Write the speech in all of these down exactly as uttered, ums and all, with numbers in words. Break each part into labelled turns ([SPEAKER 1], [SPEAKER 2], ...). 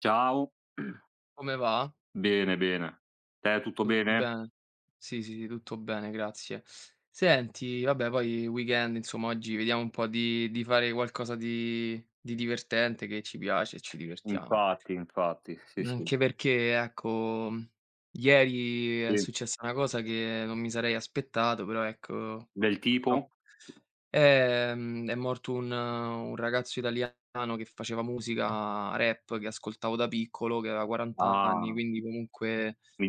[SPEAKER 1] Ciao,
[SPEAKER 2] Come va?
[SPEAKER 1] bene, bene. Te tutto
[SPEAKER 2] Tutto
[SPEAKER 1] bene?
[SPEAKER 2] bene? Sì, sì, sì, tutto bene, grazie. Senti, vabbè, poi weekend, insomma, oggi vediamo un po' di di fare qualcosa di di divertente che ci piace e ci divertiamo.
[SPEAKER 1] Infatti, infatti, sì, sì.
[SPEAKER 2] Anche perché, ecco, ieri è
[SPEAKER 1] Sì.
[SPEAKER 2] successa una cosa che non mi sarei aspettato, però ecco,
[SPEAKER 1] Del tipo?
[SPEAKER 2] purtroppo ehm, è morto un un ragazzo italiano che faceva musica rap, che ascoltavo da piccolo, che aveva quaranta anni,
[SPEAKER 1] Ah,
[SPEAKER 2] quindi comunque.
[SPEAKER 1] mi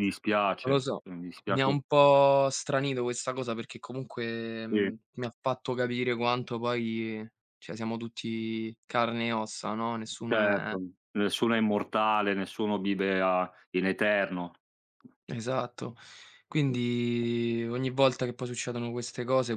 [SPEAKER 2] Non
[SPEAKER 1] dispiace,
[SPEAKER 2] lo so,
[SPEAKER 1] mi
[SPEAKER 2] mi ha
[SPEAKER 1] dispiace,
[SPEAKER 2] un po' stranito questa cosa perché comunque,
[SPEAKER 1] sì,
[SPEAKER 2] mhmm, mi ha fatto capire quanto poi, cioè, siamo tutti carne e ossa, no, nessuno è.
[SPEAKER 1] certo. Nessuno è immortale, nessuno vive a in eterno.
[SPEAKER 2] Esatto. Quindi ogni volta che poi succedono queste cose,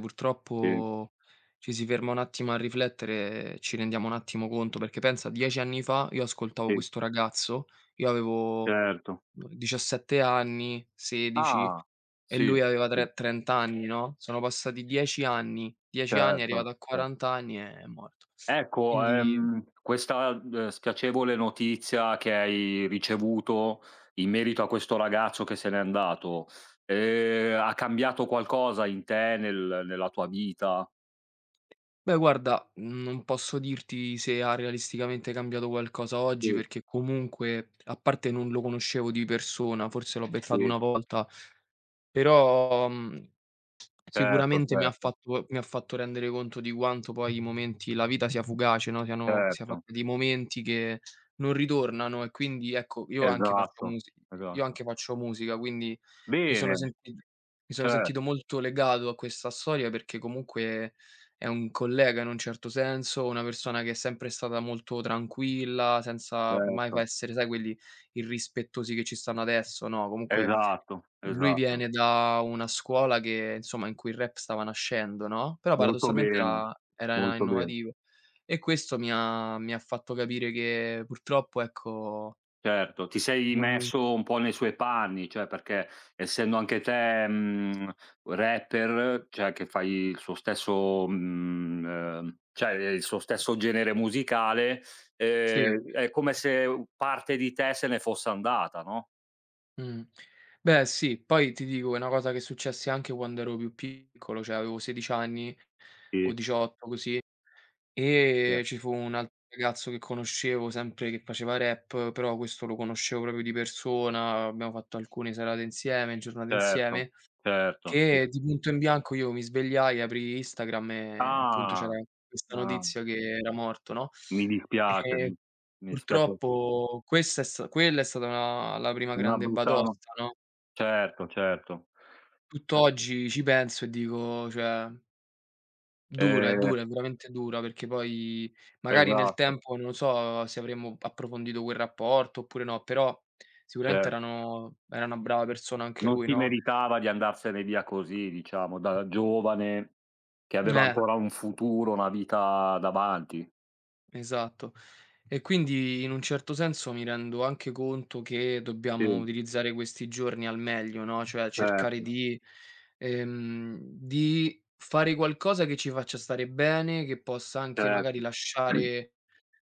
[SPEAKER 1] Sì,
[SPEAKER 2] purtroppo ci si ferma un attimo a riflettere e ci rendiamo un attimo conto, perché pensa, dieci anni fa io ascoltavo
[SPEAKER 1] sì,
[SPEAKER 2] questo ragazzo, io avevo,
[SPEAKER 1] certo.
[SPEAKER 2] uhm, diciassette anni, sedici.
[SPEAKER 1] Ah,
[SPEAKER 2] E
[SPEAKER 1] sì,
[SPEAKER 2] lui aveva
[SPEAKER 1] sì,
[SPEAKER 2] tre trenta anni, no, sono passati dieci anni, dieci anni, è
[SPEAKER 1] certo,
[SPEAKER 2] arrivato a
[SPEAKER 1] cer
[SPEAKER 2] quaranta anni e è morto.
[SPEAKER 1] ecco,
[SPEAKER 2] Quindi,
[SPEAKER 1] ehm, questa, uhm, spiacevole notizia che hai ricevuto in merito a questo ragazzo che se n'è andato, ehm, ha cambiato qualcosa in te, nel nella tua vita?
[SPEAKER 2] beh, guarda, non posso dirti se ha realisticamente cambiato qualcosa oggi,
[SPEAKER 1] Sì,
[SPEAKER 2] perché comunque, a parte non lo conoscevo di persona, forse l'ho beccato
[SPEAKER 1] sì,
[SPEAKER 2] una volta, però, mhmm
[SPEAKER 1] certo,
[SPEAKER 2] sicuramente mi ha
[SPEAKER 1] certo,
[SPEAKER 2] fatto mi ha fatto rendere conto di quanto poi i momenti, la vita sia fugace, no, siano sia
[SPEAKER 1] certo,
[SPEAKER 2] fatta di momenti che non ritornano, e quindi ecco, io anche faccio
[SPEAKER 1] esatto,
[SPEAKER 2] musi io
[SPEAKER 1] esatto.
[SPEAKER 2] anche faccio musica, quindi mi
[SPEAKER 1] Bene,
[SPEAKER 2] sono senti mi sono
[SPEAKER 1] cer
[SPEAKER 2] sentito molto legato a questa storia perché comunque è un collega in un certo senso, una persona che è sempre stata molto tranquilla, senza mai fa
[SPEAKER 1] certo,
[SPEAKER 2] essere, sai, quelli irrispettosi che ci stanno adesso, no, comunque
[SPEAKER 1] esatto,
[SPEAKER 2] lui
[SPEAKER 1] esatto.
[SPEAKER 2] viene da una scuola che, insomma, in cui il rap stava nascendo, no, però
[SPEAKER 1] Molto
[SPEAKER 2] paradossalmente
[SPEAKER 1] bene,
[SPEAKER 2] era era
[SPEAKER 1] molto bene.
[SPEAKER 2] innovativo. E questo mi ha mi ha fatto capire che purtroppo ecco,
[SPEAKER 1] Certo, ti sei
[SPEAKER 2] non
[SPEAKER 1] messo un po' nei suoi panni, cioè, perché essendo anche te, mhmm, rapper, cioè che fai il suo stesso mhmm, ehm, cioè il suo stesso genere musicale,
[SPEAKER 2] sì,
[SPEAKER 1] ehm, è come se u parte di te se ne fosse andata, no?
[SPEAKER 2] mh. Beh sì, poi ti dico, è una cosa che successe anche quando ero più piccolo, cioè avevo sedici anni o
[SPEAKER 1] Sì,
[SPEAKER 2] diciotto così,
[SPEAKER 1] ce
[SPEAKER 2] e ci fu un altro ragazzo che conoscevo sempre che faceva rap, però questo lo conoscevo proprio di persona, abbiamo fatto alcune serate insieme, giornate
[SPEAKER 1] certo,
[SPEAKER 2] insieme.
[SPEAKER 1] certo, sì.
[SPEAKER 2] Che di punto in bianco io mi svegliai, aprii Instagram e appunto
[SPEAKER 1] Ah,
[SPEAKER 2] c'era questa
[SPEAKER 1] ah,
[SPEAKER 2] notizia che era morto, no,
[SPEAKER 1] mi dispiace,
[SPEAKER 2] e
[SPEAKER 1] mi mi dispiace.
[SPEAKER 2] purtroppo questa è sta quella è stata una la prima
[SPEAKER 1] Una
[SPEAKER 2] grande
[SPEAKER 1] brutta, no,
[SPEAKER 2] batosta, no,
[SPEAKER 1] certo, certo. E
[SPEAKER 2] tutt'oggi ci penso e dico, cioè, dura, è
[SPEAKER 1] ehm,
[SPEAKER 2] dura, è veramente dura, perché poi magari nel
[SPEAKER 1] esatto,
[SPEAKER 2] tempo non lo so se avremmo approfondito quel rapporto oppure no, però sicuramente
[SPEAKER 1] cer
[SPEAKER 2] erano era una brava persona anche
[SPEAKER 1] non
[SPEAKER 2] lui,
[SPEAKER 1] si
[SPEAKER 2] no?
[SPEAKER 1] meritava di andarsene via così, diciamo, da giovane, che aveva
[SPEAKER 2] Eh.
[SPEAKER 1] ancora un futuro, una vita davanti.
[SPEAKER 2] Esatto. E quindi in un certo senso mi rendo anche conto che dobbiamo
[SPEAKER 1] Sì,
[SPEAKER 2] utilizzare questi giorni al meglio, no, cioè cercare
[SPEAKER 1] certo,
[SPEAKER 2] di ehm, di fare qualcosa che ci faccia stare bene, che possa anche magari
[SPEAKER 1] certo.
[SPEAKER 2] lasciare,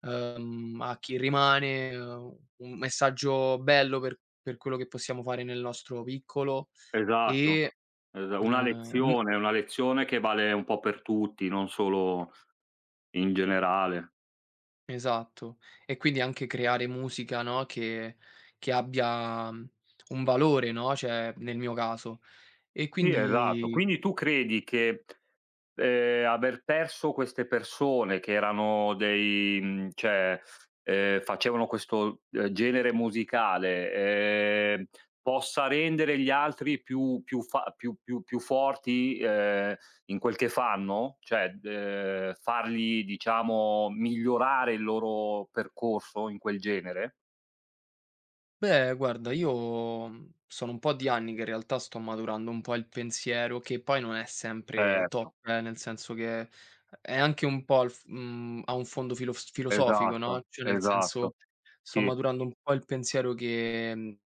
[SPEAKER 2] ehm, a chi rimane, ehm, un messaggio bello per per quello che possiamo fare nel nostro piccolo
[SPEAKER 1] Esatto,
[SPEAKER 2] e,
[SPEAKER 1] esa una
[SPEAKER 2] ehm, n
[SPEAKER 1] lezione, una lezione che vale un po' per tutti, non solo in generale.
[SPEAKER 2] esatto. E quindi anche creare musica, no, che che abbia, mhmm, un valore, no, cioè nel mio caso. E
[SPEAKER 1] Sì, esatto.
[SPEAKER 2] quindi,
[SPEAKER 1] Quindi tu credi che, ehm, aver perso queste persone che erano dei mhmm, cioè, ehm, facevano questo, ehm, genere musicale, ehm, possa rendere gli altri più più fa più più più forti, ehm, in quel che fanno? Cioè, ehm, farli, diciamo, migliorare il loro percorso in quel genere?
[SPEAKER 2] beh, guarda, io, mhmm, sono un po' di anni che in realtà sto maturando un po' il pensiero, che poi non è sempre
[SPEAKER 1] Certo,
[SPEAKER 2] top, eh, nel senso che è anche un po' al f mhmm, ha un fondo filos filosofico, no,
[SPEAKER 1] esatto,
[SPEAKER 2] cioè nel
[SPEAKER 1] esatto.
[SPEAKER 2] senso, sto
[SPEAKER 1] Sì,
[SPEAKER 2] maturando un po' il pensiero che, mhmm,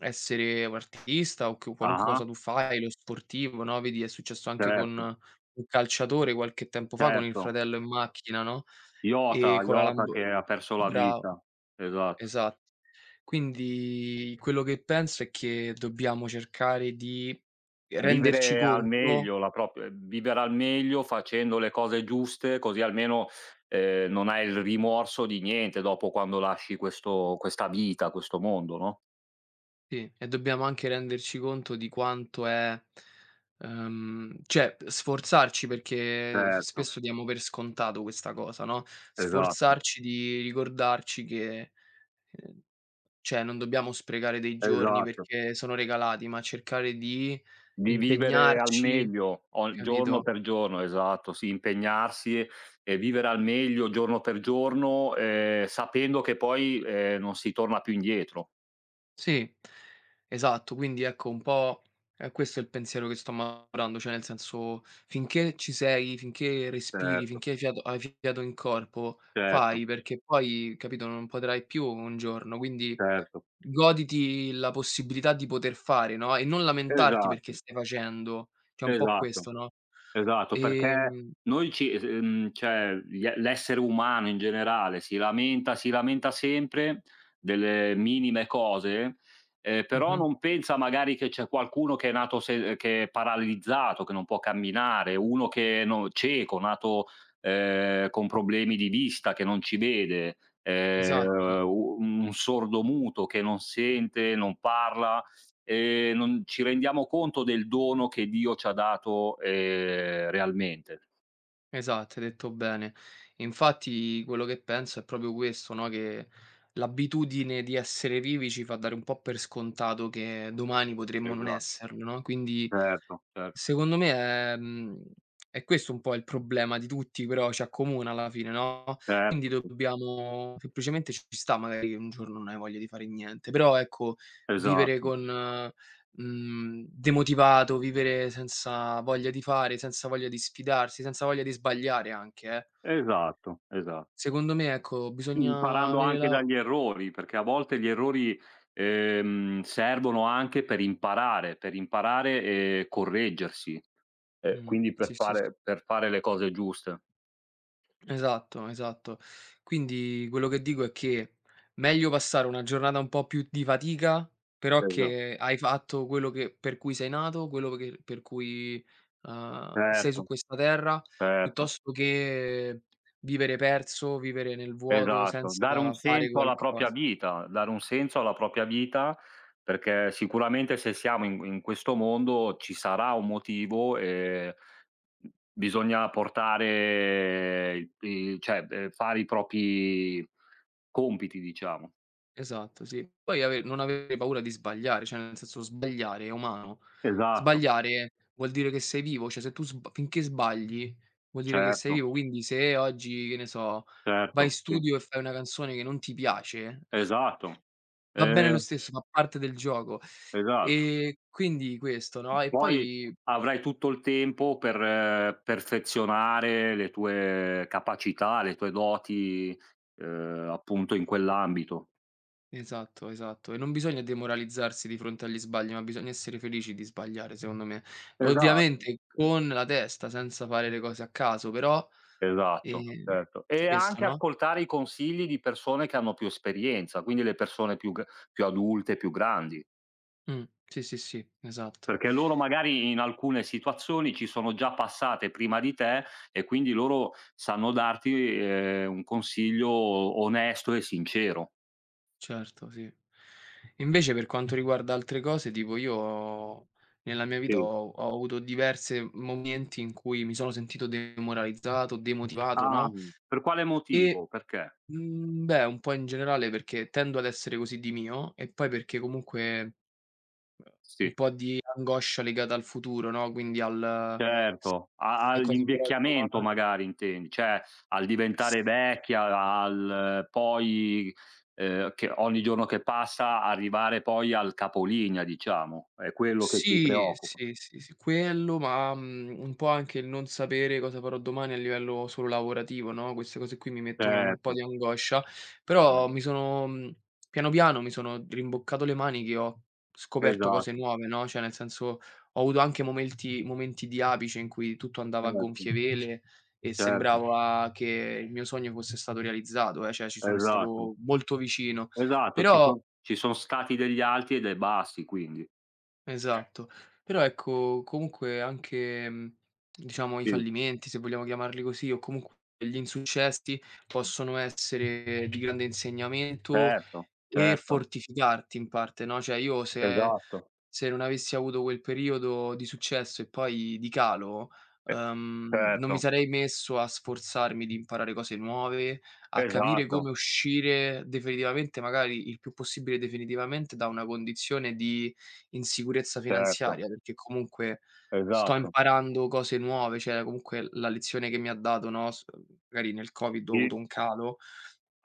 [SPEAKER 2] essere un artista, o che qualunque
[SPEAKER 1] ah-ah,
[SPEAKER 2] cosa tu fai, lo sportivo, no, vedi è successo anche con
[SPEAKER 1] certo.
[SPEAKER 2] un calciatore qualche tempo fa, con il
[SPEAKER 1] Certo.
[SPEAKER 2] fratello in macchina, no, e
[SPEAKER 1] Iota,
[SPEAKER 2] con la
[SPEAKER 1] Iota
[SPEAKER 2] Lambo,
[SPEAKER 1] che ha perso la
[SPEAKER 2] bravo,
[SPEAKER 1] vita. Esatto.
[SPEAKER 2] esatto. Quindi quello che penso è che dobbiamo cercare di renderci
[SPEAKER 1] Vivere al
[SPEAKER 2] conto,
[SPEAKER 1] meglio la prop ehm, vivere al meglio facendo le cose giuste, così almeno, ehm, non hai il rimorso di niente dopo, quando lasci questo, questa vita, questo mondo, no?
[SPEAKER 2] sì, e dobbiamo anche renderci conto di quanto è ehm, cioè sforzarci, perché
[SPEAKER 1] Certo,
[SPEAKER 2] spesso diamo per scontato questa cosa, no,
[SPEAKER 1] esatto,
[SPEAKER 2] sforzarci di ricordarci che, ehm, cioè non dobbiamo sprecare dei giorni
[SPEAKER 1] esatto.
[SPEAKER 2] perché sono regalati, ma cercare di
[SPEAKER 1] Di vivere al
[SPEAKER 2] impegnarci,
[SPEAKER 1] meglio o giorno
[SPEAKER 2] capito?
[SPEAKER 1] per giorno, esatto, sì, impegnarsi e vivere al meglio giorno per giorno, ehm, sapendo che poi, ehm, non si torna più indietro.
[SPEAKER 2] Sì, esatto. Quindi ecco un po', ehm, questo è il pensiero che sto maturando, cioè nel senso, finché ci sei, finché respiri,
[SPEAKER 1] Certo.
[SPEAKER 2] finché hai fiato hai fiato in corpo,
[SPEAKER 1] Certo,
[SPEAKER 2] fai, perché poi, capito, non potrai più un giorno, quindi
[SPEAKER 1] certo.
[SPEAKER 2] goditi la possibilità di poter fare, no, e non lamentarti perché
[SPEAKER 1] Esatto,
[SPEAKER 2] stai facendo, cioè un po'
[SPEAKER 1] esatto,
[SPEAKER 2] questo, no?
[SPEAKER 1] esatto, perché
[SPEAKER 2] Ehm
[SPEAKER 1] noi ci es ehm, cioè gli e l'essere umano in generale si lamenta si lamenta sempre delle minime cose, ehm, però
[SPEAKER 2] mh-mh,
[SPEAKER 1] non pensa magari che c'è qualcuno che è nato, se che è paralizzato, che non può camminare, uno che, no, cieco, nato, ehm, con problemi di vista, che non ci vede,
[SPEAKER 2] esatto.
[SPEAKER 1] ehm, u un sordomuto che non sente, non parla. Ehm, non ci rendiamo conto del dono che Dio ci ha dato, ehm, realmente.
[SPEAKER 2] Esatto, hai detto bene. Infatti quello che penso è proprio questo, no, che l'abitudine di essere vivi ci fa dare un po' per scontato che domani potremmo non
[SPEAKER 1] Esa
[SPEAKER 2] esserlo, no, quindi,
[SPEAKER 1] certo, certo,
[SPEAKER 2] secondo me è, mhmm, è questo un po' il problema di tutti, però ci accomuna alla fine, no, quindi
[SPEAKER 1] certo, sì.
[SPEAKER 2] dobbiamo semplicemente, ci sta magari che un giorno non hai voglia di fare niente, però ecco, vivere
[SPEAKER 1] Esatto,
[SPEAKER 2] con mhmm, demotivato, vivere senza voglia di fare, senza voglia di sfidarsi, senza voglia di sbagliare anche, eh.
[SPEAKER 1] esatto, esa
[SPEAKER 2] Secondo me, ecco, bisogna
[SPEAKER 1] imparando
[SPEAKER 2] avere
[SPEAKER 1] anche
[SPEAKER 2] la.
[SPEAKER 1] dagli errori, perché a volte gli errori, ehm, servono anche per imparare, per imparare e correggersi, e
[SPEAKER 2] Mh,
[SPEAKER 1] quindi per
[SPEAKER 2] sì, sì, sì.
[SPEAKER 1] fare per fare le cose giuste.
[SPEAKER 2] Esatto, esatto. Quindi quello che dico è che meglio passare una giornata un po' più di fatica, però
[SPEAKER 1] Esa
[SPEAKER 2] che hai fatto quello che per cui sei nato, quello che per cui, uhm, sei su
[SPEAKER 1] certo,
[SPEAKER 2] questa terra,
[SPEAKER 1] certo.
[SPEAKER 2] piuttosto che vivere perso, vivere nel vuoto
[SPEAKER 1] Esatto, dare un
[SPEAKER 2] senza fare
[SPEAKER 1] senso alla propria
[SPEAKER 2] qualcosa.
[SPEAKER 1] vita, dare un senso alla propria vita, perché sicuramente se siamo in in questo mondo ci sarà un motivo, ehm, mhmm, bisogna portare il i cioè, ehm, fare i propri compiti, diciamo.
[SPEAKER 2] Esatto, sì. Poi ave non avere paura di sbagliare, cioè nel senso, sbagliare è umano.
[SPEAKER 1] Esatto,
[SPEAKER 2] Sbagliare vuol dire che sei vivo, cioè se tu sb finché sbagli vuol dire che sei
[SPEAKER 1] certo,
[SPEAKER 2] vivo, quindi se oggi, che ne so, vai in
[SPEAKER 1] certo, sì.
[SPEAKER 2] studio e fai una canzone che non ti piace,
[SPEAKER 1] Esatto.
[SPEAKER 2] va bene lo
[SPEAKER 1] Ehm,
[SPEAKER 2] stesso, fa parte del gioco.
[SPEAKER 1] esatto.
[SPEAKER 2] Ehm, quindi questo, no, e
[SPEAKER 1] Poi
[SPEAKER 2] poi
[SPEAKER 1] avrai tutto il tempo per, eh, perfezionare le tue capacità, le tue doti, ehm, appunto in quell'ambito.
[SPEAKER 2] esatto, esatto. E non bisogna demoralizzarsi di fronte agli sbagli, ma bisogna essere felici di sbagliare, secondo me.
[SPEAKER 1] Esatto,
[SPEAKER 2] Ovviamente
[SPEAKER 1] eh,
[SPEAKER 2] con la testa, senza fare le cose a caso, però
[SPEAKER 1] esatto,
[SPEAKER 2] Ehm,
[SPEAKER 1] certo. E
[SPEAKER 2] questo,
[SPEAKER 1] anche
[SPEAKER 2] no?
[SPEAKER 1] ascoltare i consigli di persone che hanno più esperienza, quindi le persone più g più adulte, più grandi.
[SPEAKER 2] Mh, sì, sì, sì, esatto,
[SPEAKER 1] Perché loro magari in alcune situazioni ci sono già passate prima di te, e quindi loro sanno darti, ehm, un consiglio onesto e sincero.
[SPEAKER 2] certo, sì. Invece per quanto riguarda altre cose, tipo io nella mia vita
[SPEAKER 1] Sì.
[SPEAKER 2] ho ho avuto diverse momenti in cui mi sono sentito demoralizzato, demotivato,
[SPEAKER 1] Ah,
[SPEAKER 2] no,
[SPEAKER 1] per quale
[SPEAKER 2] e,
[SPEAKER 1] motivo? Perché?
[SPEAKER 2] mhmm, beh, un po' in generale perché tendo ad essere così di mio, e poi perché comunque un
[SPEAKER 1] Sì,
[SPEAKER 2] po' di angoscia legata al futuro, no, quindi al:
[SPEAKER 1] certo, a
[SPEAKER 2] "Chissà cosa farò
[SPEAKER 1] all'invecchiamento
[SPEAKER 2] domani".
[SPEAKER 1] magari intendi, cioè al
[SPEAKER 2] S
[SPEAKER 1] diventare vecchia, al, eh, poi, ehm, che ogni giorno che passa arrivare poi al capolinea, diciamo, è quello che ti
[SPEAKER 2] Sì,
[SPEAKER 1] preoccupa.
[SPEAKER 2] sì, sì, sì, quello, ma, mhmm, un po' anche il non sapere cosa farò domani a livello solo lavorativo, no, queste cose qui mi mettono un po' di
[SPEAKER 1] Certo,
[SPEAKER 2] angoscia, però
[SPEAKER 1] cer
[SPEAKER 2] mi sono, mhmm, piano piano mi sono rimboccato le maniche e ho scoperto cose
[SPEAKER 1] esatto,
[SPEAKER 2] nuove, no, cioè nel senso, ho avuto anche momenti momenti di apice in cui tutto andava a
[SPEAKER 1] certo,
[SPEAKER 2] gonfie vele e
[SPEAKER 1] certo,
[SPEAKER 2] sembrava che il mio sogno fosse stato realizzato, eh, cioè ci sono
[SPEAKER 1] esatto,
[SPEAKER 2] stato molto vicino.
[SPEAKER 1] esatto, ci
[SPEAKER 2] Però.
[SPEAKER 1] son ci son stati degli alti e dei bassi, quindi.
[SPEAKER 2] Esatto. Però ecco, comunque anche, mhmm, diciamo i
[SPEAKER 1] Sì,
[SPEAKER 2] fallimenti, se vogliamo chiamarli così, o comunque gli insuccessi possono essere di grande insegnamento
[SPEAKER 1] certo,
[SPEAKER 2] e
[SPEAKER 1] certo,
[SPEAKER 2] fortificarti in parte, no, cioè io, se
[SPEAKER 1] esatto,
[SPEAKER 2] se non avessi avuto quel periodo di successo e poi di calo,
[SPEAKER 1] e
[SPEAKER 2] uhm, non
[SPEAKER 1] certo.
[SPEAKER 2] mi sarei messo a sforzarmi di imparare cose nuove, a capire
[SPEAKER 1] Esatto,
[SPEAKER 2] come uscire definitivamente, magari il più possibile definitivamente, da una condizione di insicurezza
[SPEAKER 1] certo,
[SPEAKER 2] finanziaria, perché comunque sto
[SPEAKER 1] esatto.
[SPEAKER 2] imparando cose nuove, cioè comunque la lezione che mi ha dato, no, s magari nel Covid ho avuto
[SPEAKER 1] Sì.
[SPEAKER 2] un calo,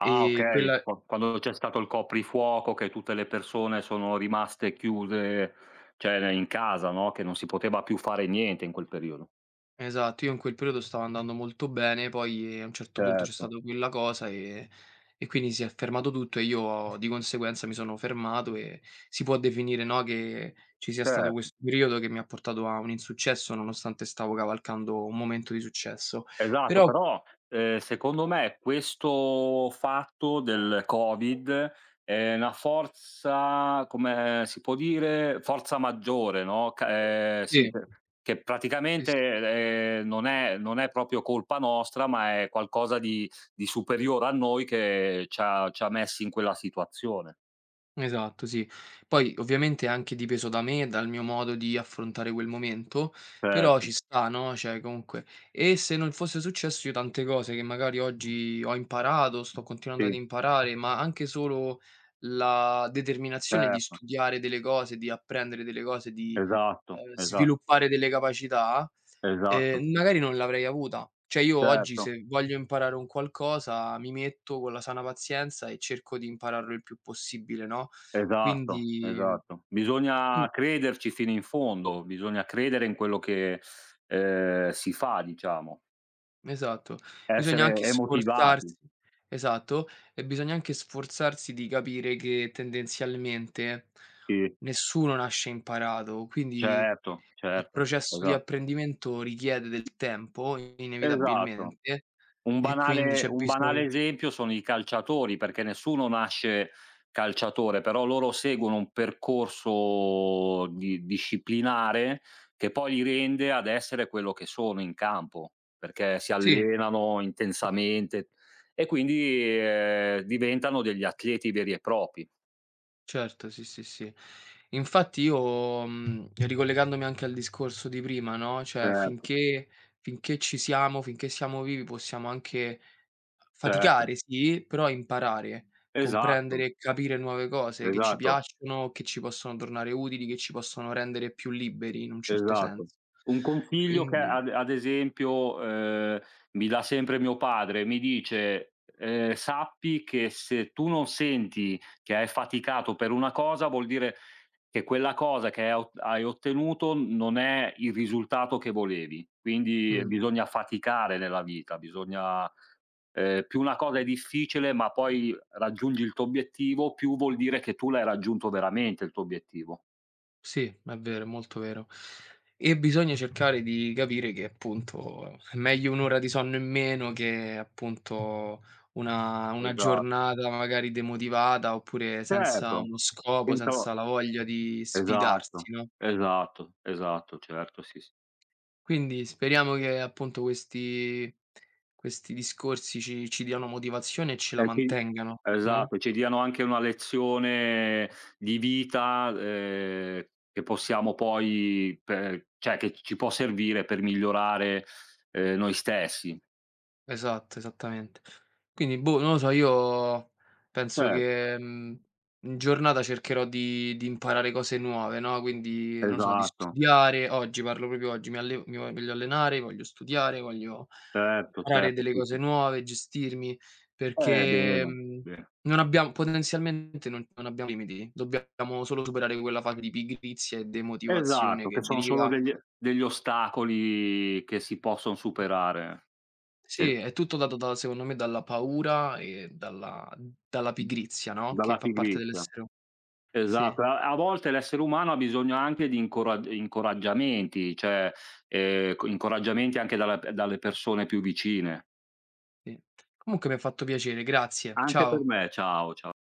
[SPEAKER 1] Ah, okay,
[SPEAKER 2] quella.
[SPEAKER 1] qua quando c'è stato il coprifuoco, che tutte le persone sono rimaste chiuse, cioè in casa, no, che non si poteva più fare niente in quel periodo.
[SPEAKER 2] Esatto, io in quel periodo stavo andando molto bene, poi a un certo punto c'è
[SPEAKER 1] Certo,
[SPEAKER 2] stata quella cosa, e e quindi si è fermato tutto e io di conseguenza mi sono fermato, e si può definire, no, che ci sia stato
[SPEAKER 1] certo.
[SPEAKER 2] questo periodo che mi ha portato a un insuccesso nonostante stavo cavalcando un momento di successo.
[SPEAKER 1] Esatto,
[SPEAKER 2] Però
[SPEAKER 1] però, ehm, secondo me questo fatto del Covid è una forza, come si può dire, forza maggiore, no, ca ehm, sì,
[SPEAKER 2] sì,
[SPEAKER 1] per che
[SPEAKER 2] sì, sì.
[SPEAKER 1] praticamente, ehm, non è, non è proprio colpa nostra, ma è qualcosa di di superiore a noi, che ci ha, ci ha messi in quella situazione.
[SPEAKER 2] Esatto, sì. Poi ovviamente è anche dipeso da me, dal mio modo di affrontare quel momento, però
[SPEAKER 1] Certo,
[SPEAKER 2] ci sta, no, cioè comunque, e se non fosse successo, io tante cose che magari oggi ho imparato, sto continuando ad
[SPEAKER 1] sì,
[SPEAKER 2] imparare, ma anche solo la determinazione di
[SPEAKER 1] certo,
[SPEAKER 2] studiare delle cose, di apprendere delle cose, di,
[SPEAKER 1] esatto,
[SPEAKER 2] ehm,
[SPEAKER 1] esa
[SPEAKER 2] sviluppare delle capacità.
[SPEAKER 1] esatto,
[SPEAKER 2] Ehm,
[SPEAKER 1] sì,
[SPEAKER 2] magari non l'avrei avuta. Cioè io, Mh. oggi
[SPEAKER 1] certo.
[SPEAKER 2] se voglio imparare un qualcosa mi metto con la sana pazienza e cerco di impararlo il più possibile, no,
[SPEAKER 1] Esatto,
[SPEAKER 2] quindi, mhmm,
[SPEAKER 1] esatto.
[SPEAKER 2] quin
[SPEAKER 1] Bisogna crederci fino in fondo, bisogna credere in quello che, ehm, si fa, diciamo,
[SPEAKER 2] esatto. Bisogna
[SPEAKER 1] essere
[SPEAKER 2] anche
[SPEAKER 1] e motivati.
[SPEAKER 2] sforzarsi, esatto, e bisogna anche sforzarsi di capire che tendenzialmente
[SPEAKER 1] Sì,
[SPEAKER 2] nessuno nasce imparato, quindi
[SPEAKER 1] certo,
[SPEAKER 2] il
[SPEAKER 1] certo,
[SPEAKER 2] processo di
[SPEAKER 1] esa
[SPEAKER 2] apprendimento richiede del tempo
[SPEAKER 1] esatto.
[SPEAKER 2] inevitabilmente,
[SPEAKER 1] Un
[SPEAKER 2] e quindi
[SPEAKER 1] banale,
[SPEAKER 2] c'è
[SPEAKER 1] un
[SPEAKER 2] bisogn
[SPEAKER 1] banale esempio sono i calciatori, perché nessuno nasce calciatore, però loro seguono un percorso di disciplinare che poi li rende ad essere quello che sono in campo, perché si
[SPEAKER 2] sì.
[SPEAKER 1] allenano intensamente e quindi, ehm, diventano degli atleti veri e propri.
[SPEAKER 2] Certo, sì, sì, sì. Infatti io, mhmm, ricollegandomi anche al discorso di prima, no, cioè
[SPEAKER 1] Certo,
[SPEAKER 2] finché finché ci siamo, finché siamo vivi possiamo anche
[SPEAKER 1] certo.
[SPEAKER 2] faticare, sì, però imparare, comprendere
[SPEAKER 1] Esatto,
[SPEAKER 2] e capire nuove cose che ci
[SPEAKER 1] esatto.
[SPEAKER 2] piacciono, che ci possono tornare utili, che ci possono rendere più liberi in un certo
[SPEAKER 1] Esatto.
[SPEAKER 2] senso.
[SPEAKER 1] Un consiglio che
[SPEAKER 2] Quindi.
[SPEAKER 1] ad, ad esempio, ehm, mi dà sempre mio padre, mi dice: "Ehm, sappi che se tu non senti che hai faticato per una cosa, vuol dire che quella cosa che hai ot hai ottenuto non è il risultato che volevi. Quindi
[SPEAKER 2] Mh.
[SPEAKER 1] bisogna faticare nella vita, bisogna, ehm, più una cosa è difficile, ma poi raggiungi il tuo obiettivo, più vuol dire che tu l'hai raggiunto veramente il tuo obiettivo."
[SPEAKER 2] Sì, è vero, è molto vero. E bisogna cercare di capire che appunto è meglio un' ora di sonno in meno che appunto una una
[SPEAKER 1] Esatto.
[SPEAKER 2] giornata magari demotivata oppure senza
[SPEAKER 1] Certo.
[SPEAKER 2] uno scopo,
[SPEAKER 1] Pensavo,
[SPEAKER 2] senza la voglia di sfidarsi,
[SPEAKER 1] esatto,
[SPEAKER 2] no,
[SPEAKER 1] esatto, esatto, certo, sì, sì.
[SPEAKER 2] quindi speriamo che appunto questi questi discorsi ci ci diano motivazione e ce la
[SPEAKER 1] Eh, sì,
[SPEAKER 2] mantengano, no?
[SPEAKER 1] esatto, ci diano anche una lezione di vita, ehm, che possiamo poi per cioè che ci può servire per migliorare, ehm, noi stessi.
[SPEAKER 2] Esatto, esattamente. Quindi boh, non lo so, io penso
[SPEAKER 1] Cer
[SPEAKER 2] che, mhmm, in giornata cercherò di di imparare cose nuove, no, quindi non lo so, di
[SPEAKER 1] esatto,
[SPEAKER 2] studiare. Oggi, parlo proprio oggi, mi alle mi voglio allenare, voglio studiare, voglio
[SPEAKER 1] certo,
[SPEAKER 2] imparare
[SPEAKER 1] certo,
[SPEAKER 2] delle
[SPEAKER 1] sì,
[SPEAKER 2] cose
[SPEAKER 1] sì.
[SPEAKER 2] nuove, gestirmi,
[SPEAKER 1] Eh, bene,
[SPEAKER 2] perché, mhmm,
[SPEAKER 1] bene.
[SPEAKER 2] non abbiam potenzialmente non non abbiamo limiti, dobbiamo solo superare quella fase di pigrizia e demotivazione
[SPEAKER 1] Esatto, che
[SPEAKER 2] che
[SPEAKER 1] son solo
[SPEAKER 2] deriva.
[SPEAKER 1] degli degli ostacoli che si posson superare. Sì,
[SPEAKER 2] Sì, è tutto dato, da secondo me, dalla paura e dalla dalla
[SPEAKER 1] mh,
[SPEAKER 2] pigrizia, no, che
[SPEAKER 1] dalla
[SPEAKER 2] fa parte
[SPEAKER 1] pigrizia.
[SPEAKER 2] dell'essere u sì,
[SPEAKER 1] Esatto, a, a volte l'essere umano ha bisogno anche di incorag incoraggiamenti, cioè, ehm, co incoraggiamenti anche dalla dalle persone più vicine.
[SPEAKER 2] sì. Comunque mi ha fatto piacere, grazie.
[SPEAKER 1] Anche per
[SPEAKER 2] Ciao.
[SPEAKER 1] me, ciao, cia